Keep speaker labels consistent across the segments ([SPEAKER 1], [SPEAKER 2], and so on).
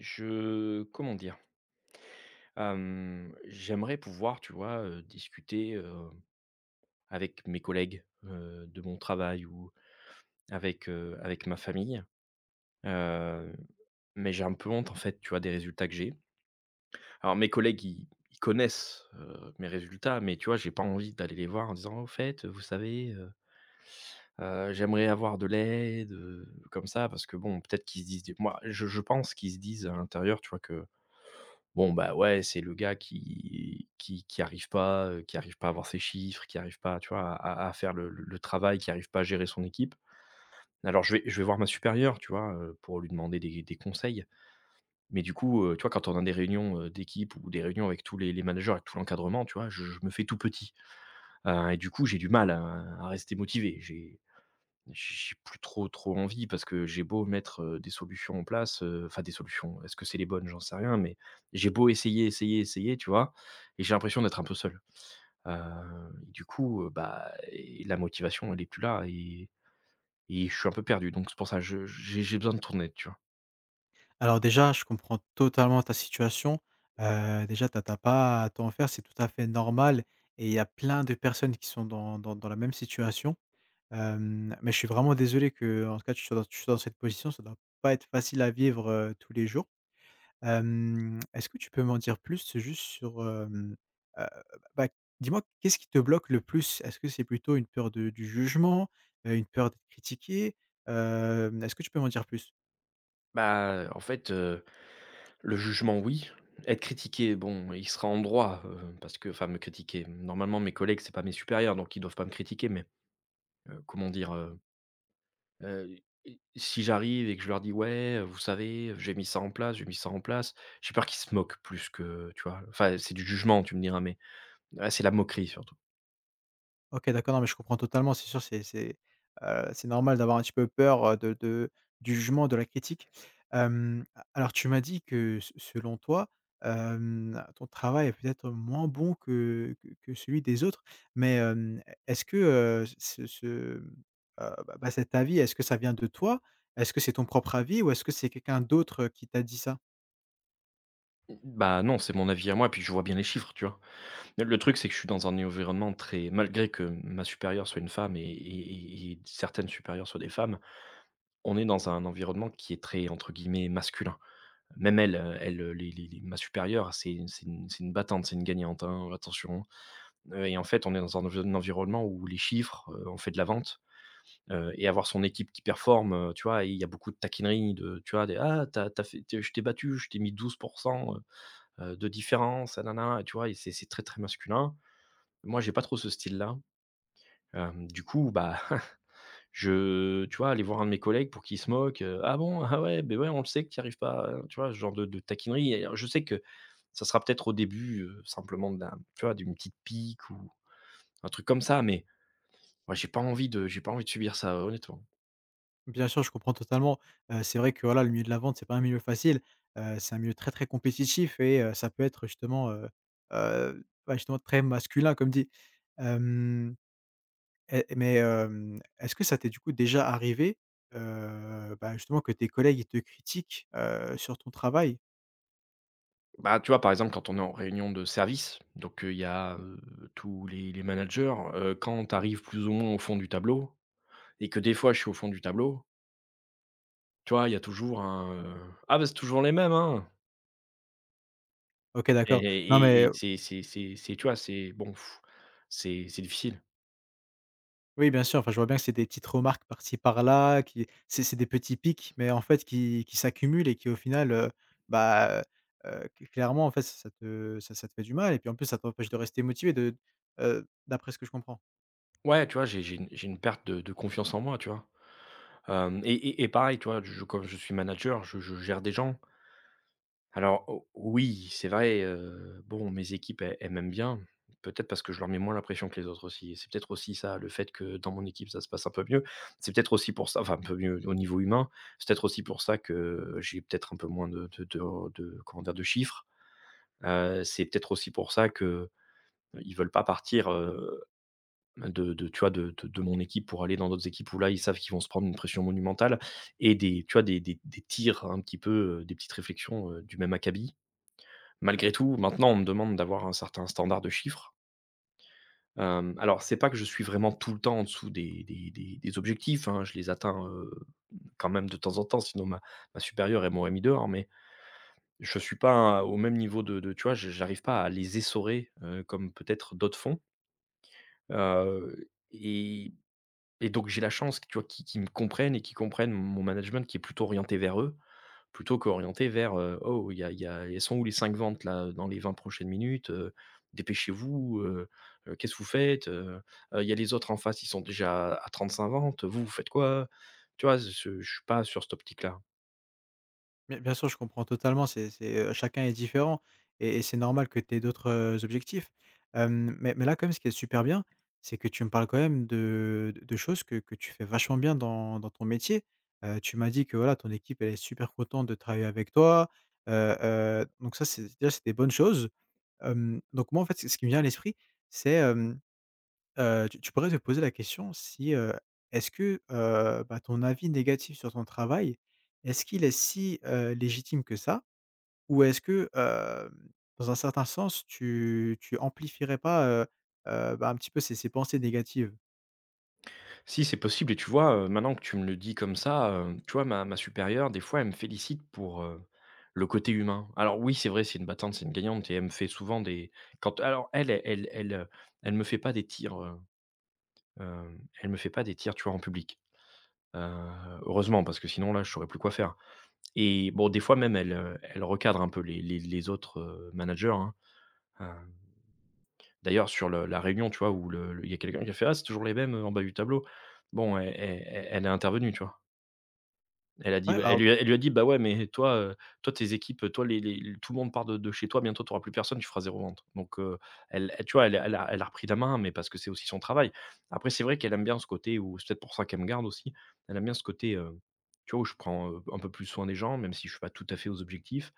[SPEAKER 1] Je comment dire? J'aimerais pouvoir, tu vois, discuter, avec mes collègues, de mon travail ou avec, avec ma famille, heu, mais j'ai un peu honte, en fait, tu vois, des résultats que j'ai. Alors mes collègues, ils connaissent, mes résultats, mais tu vois, j'ai pas envie d'aller les voir en disant: «Au fait, vous savez, j'aimerais avoir de l'aide», comme ça, parce que bon, peut-être qu'ils se disent moi, je pense qu'ils se disent à l'intérieur, tu vois, que bon, bah, ouais, c'est le gars qui arrive pas, qui arrive pas à avoir ses chiffres, qui arrive pas, tu vois, à faire le travail, qui arrive pas à gérer son équipe. Alors je vais voir ma supérieure, tu vois, pour lui demander des conseils, mais du coup, tu vois, quand on a des réunions, d'équipe ou des réunions avec tous les managers, avec tout l'encadrement, tu vois, je me fais tout petit, et du coup, j'ai du mal à rester motivé. J'ai plus trop, trop envie parce que j'ai beau mettre, des solutions en place, enfin des solutions, est-ce que c'est les bonnes? J'en sais rien, mais j'ai beau essayer, essayer, essayer, tu vois? Et j'ai l'impression d'être un peu seul. Heu, du coup, bah et la motivation, elle est plus là et je suis un peu perdu. Donc c'est pour ça, je j'ai besoin de ton tu vois?
[SPEAKER 2] Alors déjà, je comprends totalement ta situation. Déjà, t'as as tu pas à t'en faire, c'est tout à fait normal et il y a plein de personnes qui sont dans la même situation. Mais je suis vraiment désolé que en tout cas tu sois dans cette position, ça doit pas être facile à vivre, tous les jours. Est-ce que tu peux m'en dire plus, c'est juste sur, heu, bah, dis-moi, qu'est-ce qui te bloque le plus? Est-ce que c'est plutôt une peur de du jugement, une peur d'être critiqué? Est-ce que tu peux m'en dire plus?
[SPEAKER 1] Bah, en fait, le jugement, oui. Être critiqué, bon, il sera en droit, parce que enfin me critiquer, normalement mes collègues, c'est pas mes supérieurs, donc ils doivent pas me critiquer, mais, comment dire? Heu, et si j'arrive et que je leur dis: «Ouais, vous savez, j'ai mis ça en place, j'ai mis ça en place», j'ai peur qu'ils se moquent plus que tu vois? Enfin, c'est du jugement, tu me diras, mais là, c'est la moquerie surtout.
[SPEAKER 2] OK, d'accord, non, mais je comprends totalement. C'est sûr, c'est normal d'avoir un petit peu peur, de du jugement, de la critique. Hem, alors tu m'as dit que s selon toi, ton travail est peut-être moins bon que celui des autres, mais, e est-ce que, ce ce, hem, bah bah, cet avis, est-ce que ça vient de toi? Est-ce que c'est ton propre avis ou est-ce que c'est quelqu'un d'autre, qui t'a dit ça?
[SPEAKER 1] Mmh, bah, non, c'est mon avis à moi, puis je vois bien les chiffres, tu vois? Le truc, c'est que je suis dans un environnement très malgré que ma supérieure soit une femme et et certaines supérieures soient des femmes. On est dans un environnement qui est très, entre guillemets, «masculin». Même elle, elle, les ma supérieure, hein, c'est une battante, c'est une gagnante, hein, attention. Et en fait, on est dans un envi un environnement où les chiffres, on fait de la vente, et avoir son équipe qui performe, tu vois? Et il y a beaucoup de taquineries, de tu vois? Des: «Ah, t'as, as fait tu je t'ai battu, je t'ai mis 12 heu de différence, nanana, et tu vois?» Et c'est très, très masculin. Moi, j'ai pas trop ce style-là, du coup, bah je tu vois, aller voir un de mes collègues pour qu'il se moque, «Ah bon? Ah ouais, ben ouais, on le sait que tu n'y arrives pas», tu vois? Ce genre de taquinerie et alors je sais que ça sera peut-être au début, simplement d'un tu vois, d'une petite pique ou un truc comme ça, mais moi j'ai pas envie de subir ça, honnêtement.
[SPEAKER 2] Bien sûr, je comprends totalement. C'est vrai que, voilà, le milieu de la vente, c'est pas un milieu facile. C'est un milieu très, très compétitif et ça peut être justement, bah, justement très masculin comme dit. Hem Et mais, est-ce que ça t'est du coup déjà arrivé, bah, justement, que tes collègues, ils te critiquent, sur ton travail?
[SPEAKER 1] Bah, tu vois, par exemple, quand on est en réunion de service, donc il y a, tous les managers, quand tu arrives plus ou moins au fond du tableau et que des fois je suis au fond du tableau, tu vois, il y a toujours un, «Ah bah, c'est toujours les mêmes, hein!»
[SPEAKER 2] OK,
[SPEAKER 1] Et
[SPEAKER 2] d'accord. Non,
[SPEAKER 1] et et
[SPEAKER 2] mais
[SPEAKER 1] c'est c'est tu vois, c'est bon, pff, c'est difficile.
[SPEAKER 2] oui, bien sûr, enfin, je vois bien que c'est des petites remarques par-ci par-là qui c'est c'est, des petits pics, mais en fait qui s'accumulent et qui au final, bah, heu, cl clairement en fait ça te ça te fait du mal et puis en plus ça t'empêche de rester motivé, de, d'après ce que je comprends.
[SPEAKER 1] Ouais, tu vois, j'ai une perte de confiance en moi, tu vois? Hem Et pareil, tu vois, je comme je suis manager, je gère des gens. Alors o oui, c'est vrai, bon, mes équipes, elles m'aiment bien, peut-être parce que je leur mets moins la pression que les autres aussi. Et c'est peut-être aussi ça, le fait que dans mon équipe, ça se passe un peu mieux. C'est peut-être aussi pour ça enfin, un peu mieux au niveau humain, c'est peut-être aussi pour ça que j'ai peut-être un peu moins de comment dire? De chiffres. C'est peut-être aussi pour ça que ils veulent pas partir, de tu vois, de mon équipe pour aller dans d'autres équipes où là, ils savent qu'ils vont se prendre une pression monumentale et des tu vois, des tirs un petit peu, des petites réflexions, du même acabit. Malgré tout, maintenant, on me demande d'avoir un certain standard de chiffres. Alors c'est pas que je suis vraiment tout le temps en dessous des objectifs, hein, je les atteins, quand même de temps en temps, sinon ma supérieure, elle m'aurait mis dehors, mais je suis pas au même niveau de tu vois, je j'arrive pas à les essorer, comme peut-être d'autres font, heu et Et donc j'ai la chance, tu vois, qu'ils me comprennent et qu'ils comprennent mon management qui est plutôt orienté vers eux, plutôt qu'orienté vers, «Oh, il y a elles sont où les 5 ventes là, dans les 20 prochaines minutes, heu? Dépêchez-vous, qu'est-ce que vous faites? Il y a les autres en face, ils sont déjà à 35 ventes, vous, vous faites quoi?» Tu vois? Je suis pas sur cette optique-là.
[SPEAKER 2] Bien sûr, je comprends totalement, chacun est différent et c'est normal que tu aies d'autres, objectifs. Mais là, quand même, ce qui est super bien, c'est que tu me parles quand même de de choses que tu fais vachement bien dans ton métier. Tu m'as dit que, voilà, ton équipe, elle est super contente de travailler avec toi, donc ça, c'est déjà, c'est des bonnes choses. Donc moi, en fait, ce qui me vient à l'esprit, c'est, tu pourrais te poser la question, si, est-ce que, bah, ton avis négatif sur ton travail, est-ce qu'il est si, légitime que ça? Ou est-ce que, dans un certain sens, tu amplifierais pas, bah, un petit peu ces pensées négatives?
[SPEAKER 1] Si, c'est possible et tu vois, maintenant que tu me le dis comme ça, tu vois, ma supérieure, des fois, elle me félicite pour, le côté humain. Alors oui, c'est vrai, c'est une battante, c'est une gagnante et elle me fait souvent des quand alors elle me fait pas des tirs, elle me fait pas des tirs, tu vois, en public. Heu, heureusement parce que sinon là, je saurais plus quoi faire et bon, des fois même, elle, elle recadre un peu les autres, managers, hein. Hem, d'ailleurs sur le la réunion, tu vois, où le il y a quelqu'un qui a fait: «Ah, c'est toujours les mêmes, en bas du tableau». Bon, elle est intervenue, tu vois? Elle a dit
[SPEAKER 2] Ouais,
[SPEAKER 1] bah,
[SPEAKER 2] alors
[SPEAKER 1] elle lui a dit: «Bah, ouais, mais toi, toi tes équipes, toi les tout le monde part de chez toi, bientôt tu auras plus personne, tu feras zéro vente». Donc elle elle tu vois, elle a repris la main, mais parce que c'est aussi son travail. Après c'est vrai qu'elle aime bien ce côté ou c'est peut-être pour ça qu'elle me garde aussi. Elle aime bien ce côté, tu vois, où je prends, un peu plus soin des gens, même si je suis pas tout à fait aux objectifs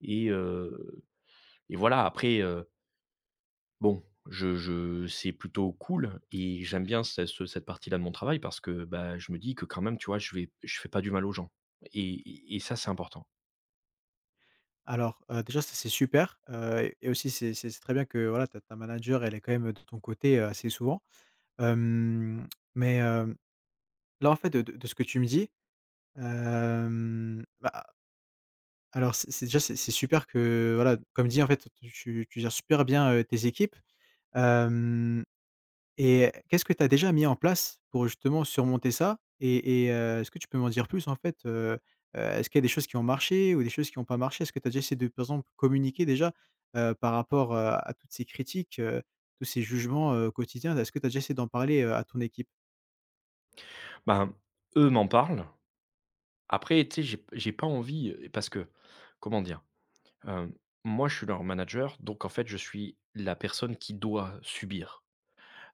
[SPEAKER 1] et heu et voilà après, heu, bon, je c'est plutôt cool et j'aime bien ce cette partie-là de mon travail parce que, bah, je me dis que quand même, tu vois, je fais pas du mal aux gens et et ça, c'est important.
[SPEAKER 2] alors, déjà, ça c'est super, et aussi c'est c'est très bien que voilà, ta manager, elle est quand même de ton côté, assez souvent. Hem, mais, là en fait de de ce que tu me dis, hem, bah alors c'est déjà, c'est super que voilà, comme dit en fait, tu gères super bien, tes équipes. Hem Et qu'est-ce que tu as déjà mis en place pour justement surmonter ça? Et est-ce que tu peux m'en dire plus en fait, est-ce qu'il y a des choses qui ont marché ou des choses qui n'ont pas marché? Est-ce que tu as déjà essayé de, par exemple, communiquer déjà, par rapport, à toutes ces critiques, tous ces jugements, quotidiens? Est-ce que tu as déjà essayé d'en parler, à ton équipe?
[SPEAKER 1] Ben, eux m'en parlent. Après, tu sais, j'ai pas envie, parce que, comment dire? Hem, moi, je suis leur manager, donc en fait, je suis la personne qui doit subir.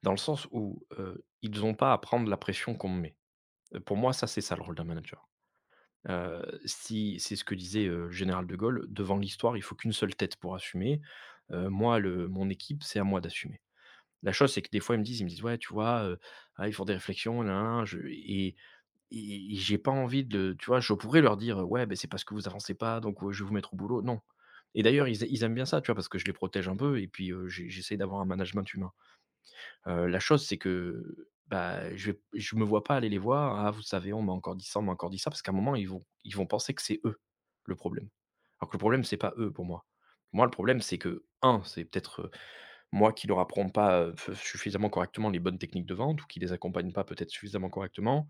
[SPEAKER 1] Dans le sens où, ils n'ont pas à prendre la pression qu'on me met. Pour moi, ça, c'est ça le rôle d'un manager. Si c'est ce que disait, le général de Gaulle: «Devant l'histoire, il faut qu'une seule tête pour assumer». Moi, le mon équipe, c'est à moi d'assumer. La chose, c'est que des fois, ils me disent: «Ouais, tu vois, ah, ils font des réflexions, nin, nin, je j'ai pas envie de tu vois? Je pourrais leur dire: "Ouais, ben c'est parce que vous avancez pas, donc je vais vous mettre au boulot". Non et d'ailleurs, ils aiment bien ça, tu vois? Parce que je les protège un peu et puis, j'essaye d'avoir un management humain. La chose, c'est que, bah, je vais me vois pas aller les voir: "Ah, vous savez, on m'a encore dit ça, on m'a encore dit ça", parce qu'à un moment, ils vont penser que c'est eux, le problème. Alors que le problème, c'est pas eux, pour moi. Pour moi, le problème, c'est que un, c'est peut-être, moi qui leur apprends pas, f suffisamment correctement les bonnes techniques de vente ou qui les accompagne pas peut-être suffisamment correctement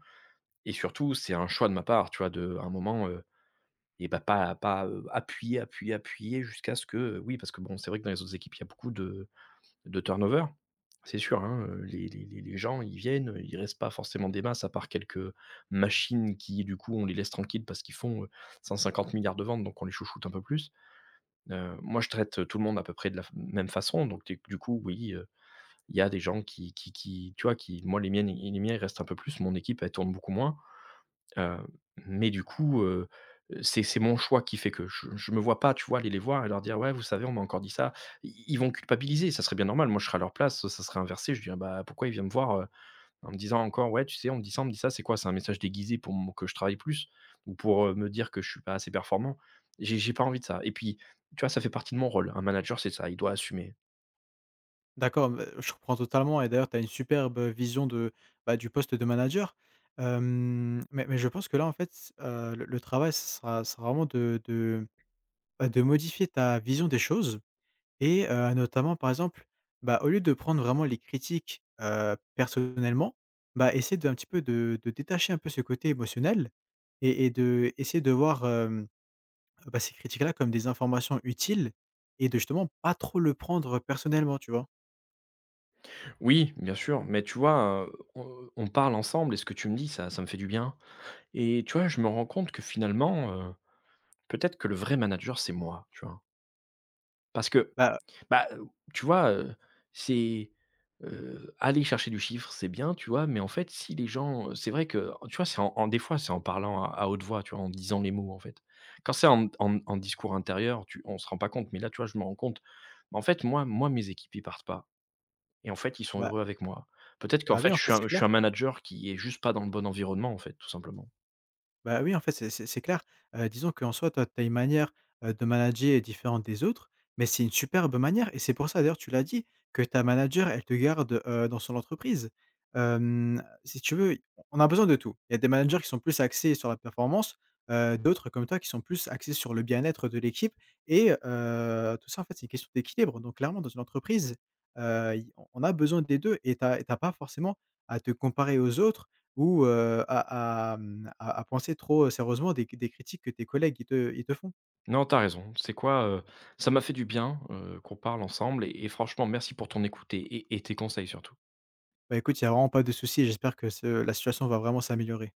[SPEAKER 1] et surtout, c'est un choix de ma part, tu vois? De à un moment, et bah, pas, appuyer, appuyer, appuyer jusqu'à ce que, oui, parce que bon, c'est vrai que dans les autres équipes, il y a beaucoup de turnover? C'est sûr, hein, les gens, ils viennent, ils restent pas forcément des masses à part quelques machines qui, du coup, on les laisse tranquilles parce qu'ils font, 150 000 000 de ventes, donc on les chouchoute un peu plus. Moi, je traite, tout le monde à peu près de la f même façon, donc tu du coup, oui, il y a des gens qui tu vois, qui moi, les miens, ils restent un peu plus, mon équipe, elle tourne beaucoup moins. Heu, mais du coup, c'est mon choix qui fait que je me vois pas, tu vois, aller les voir et leur dire: «Ouais, vous savez, on m'a encore dit ça». I ils vont culpabiliser, ça serait bien normal. Moi, je serais à leur place, ça serait inversé. Je dirais: «Bah, pourquoi ils viennent me voir, en me disant encore: "Ouais, tu sais, on me dit ça, on me dit ça"?» C'est quoi? C'est un message déguisé pour m que je travaille plus ou pour, me dire que je suis pas assez performant? J'ai pas envie de ça et puis, tu vois, ça fait partie de mon rôle. Un manager, c'est ça, il doit assumer.
[SPEAKER 2] D'accord, bah, je comprends totalement et d'ailleurs tu as une superbe vision de, bah, du poste de manager. Mais je pense que là, en fait, le travail, ce sera vraiment de bah, de modifier ta vision des choses et notamment par exemple, bah, au lieu de prendre vraiment les critiques, personnellement, bah, essayer de, un petit peu, de détacher un peu ce côté émotionnel et de essayer de voir, bah, ces critiques-là comme des informations utiles et de justement pas trop le prendre personnellement, tu vois?
[SPEAKER 1] Oui, bien sûr, mais tu vois, on parle ensemble et ce que tu me dis, ça me fait du bien et tu vois, je me rends compte que finalement, peut-être que le vrai manager, c'est moi, tu vois? Parce que,
[SPEAKER 2] Bah
[SPEAKER 1] bah, tu vois, c'est, aller chercher du chiffre, c'est bien, tu vois? Mais en fait, si les gens, c'est vrai que, tu vois, c'est en en des fois, c'est en parlant à haute voix, tu vois, en disant les mots, en fait. Quand c'est en discours intérieur, tu on se rend pas compte, mais là, tu vois, je me rends compte. Bah, en fait, moi, mes équipes, ils partent pas et en fait, ils sont
[SPEAKER 2] bah
[SPEAKER 1] heureux avec moi. Peut-être qu'en
[SPEAKER 2] Bah,
[SPEAKER 1] fait,
[SPEAKER 2] oui, en fait, c'est
[SPEAKER 1] je
[SPEAKER 2] clair.
[SPEAKER 1] suis un manager qui est juste pas dans le bon environnement, en fait, tout simplement.
[SPEAKER 2] Bah, oui, en fait, c'est clair. Disons qu'en soi, toi, tu as une manière, de manager différente des autres, mais c'est une superbe manière et c'est pour ça, d'ailleurs, tu l'as dit, que ta manager, elle te garde, dans son entreprise. Si tu veux, on a besoin de tout. Il y a des managers qui sont plus axés sur la performance, d'autres comme toi qui sont plus axés sur le bien-être de l'équipe et tout ça, en fait, c'est une question d'équilibre. Donc clairement, dans une entreprise, il on a besoin des 2 et tu as pas forcément à te comparer aux autres, ou à à penser trop, sérieusement, des critiques que tes collègues ils te font.
[SPEAKER 1] Non, t'as raison. C'est quoi? Ça m'a fait du bien, qu'on parle ensemble et franchement merci pour ton écoute et tes conseils surtout.
[SPEAKER 2] Bah, écoute, il y a vraiment pas de souci, j'espère que ce la situation va vraiment s'améliorer.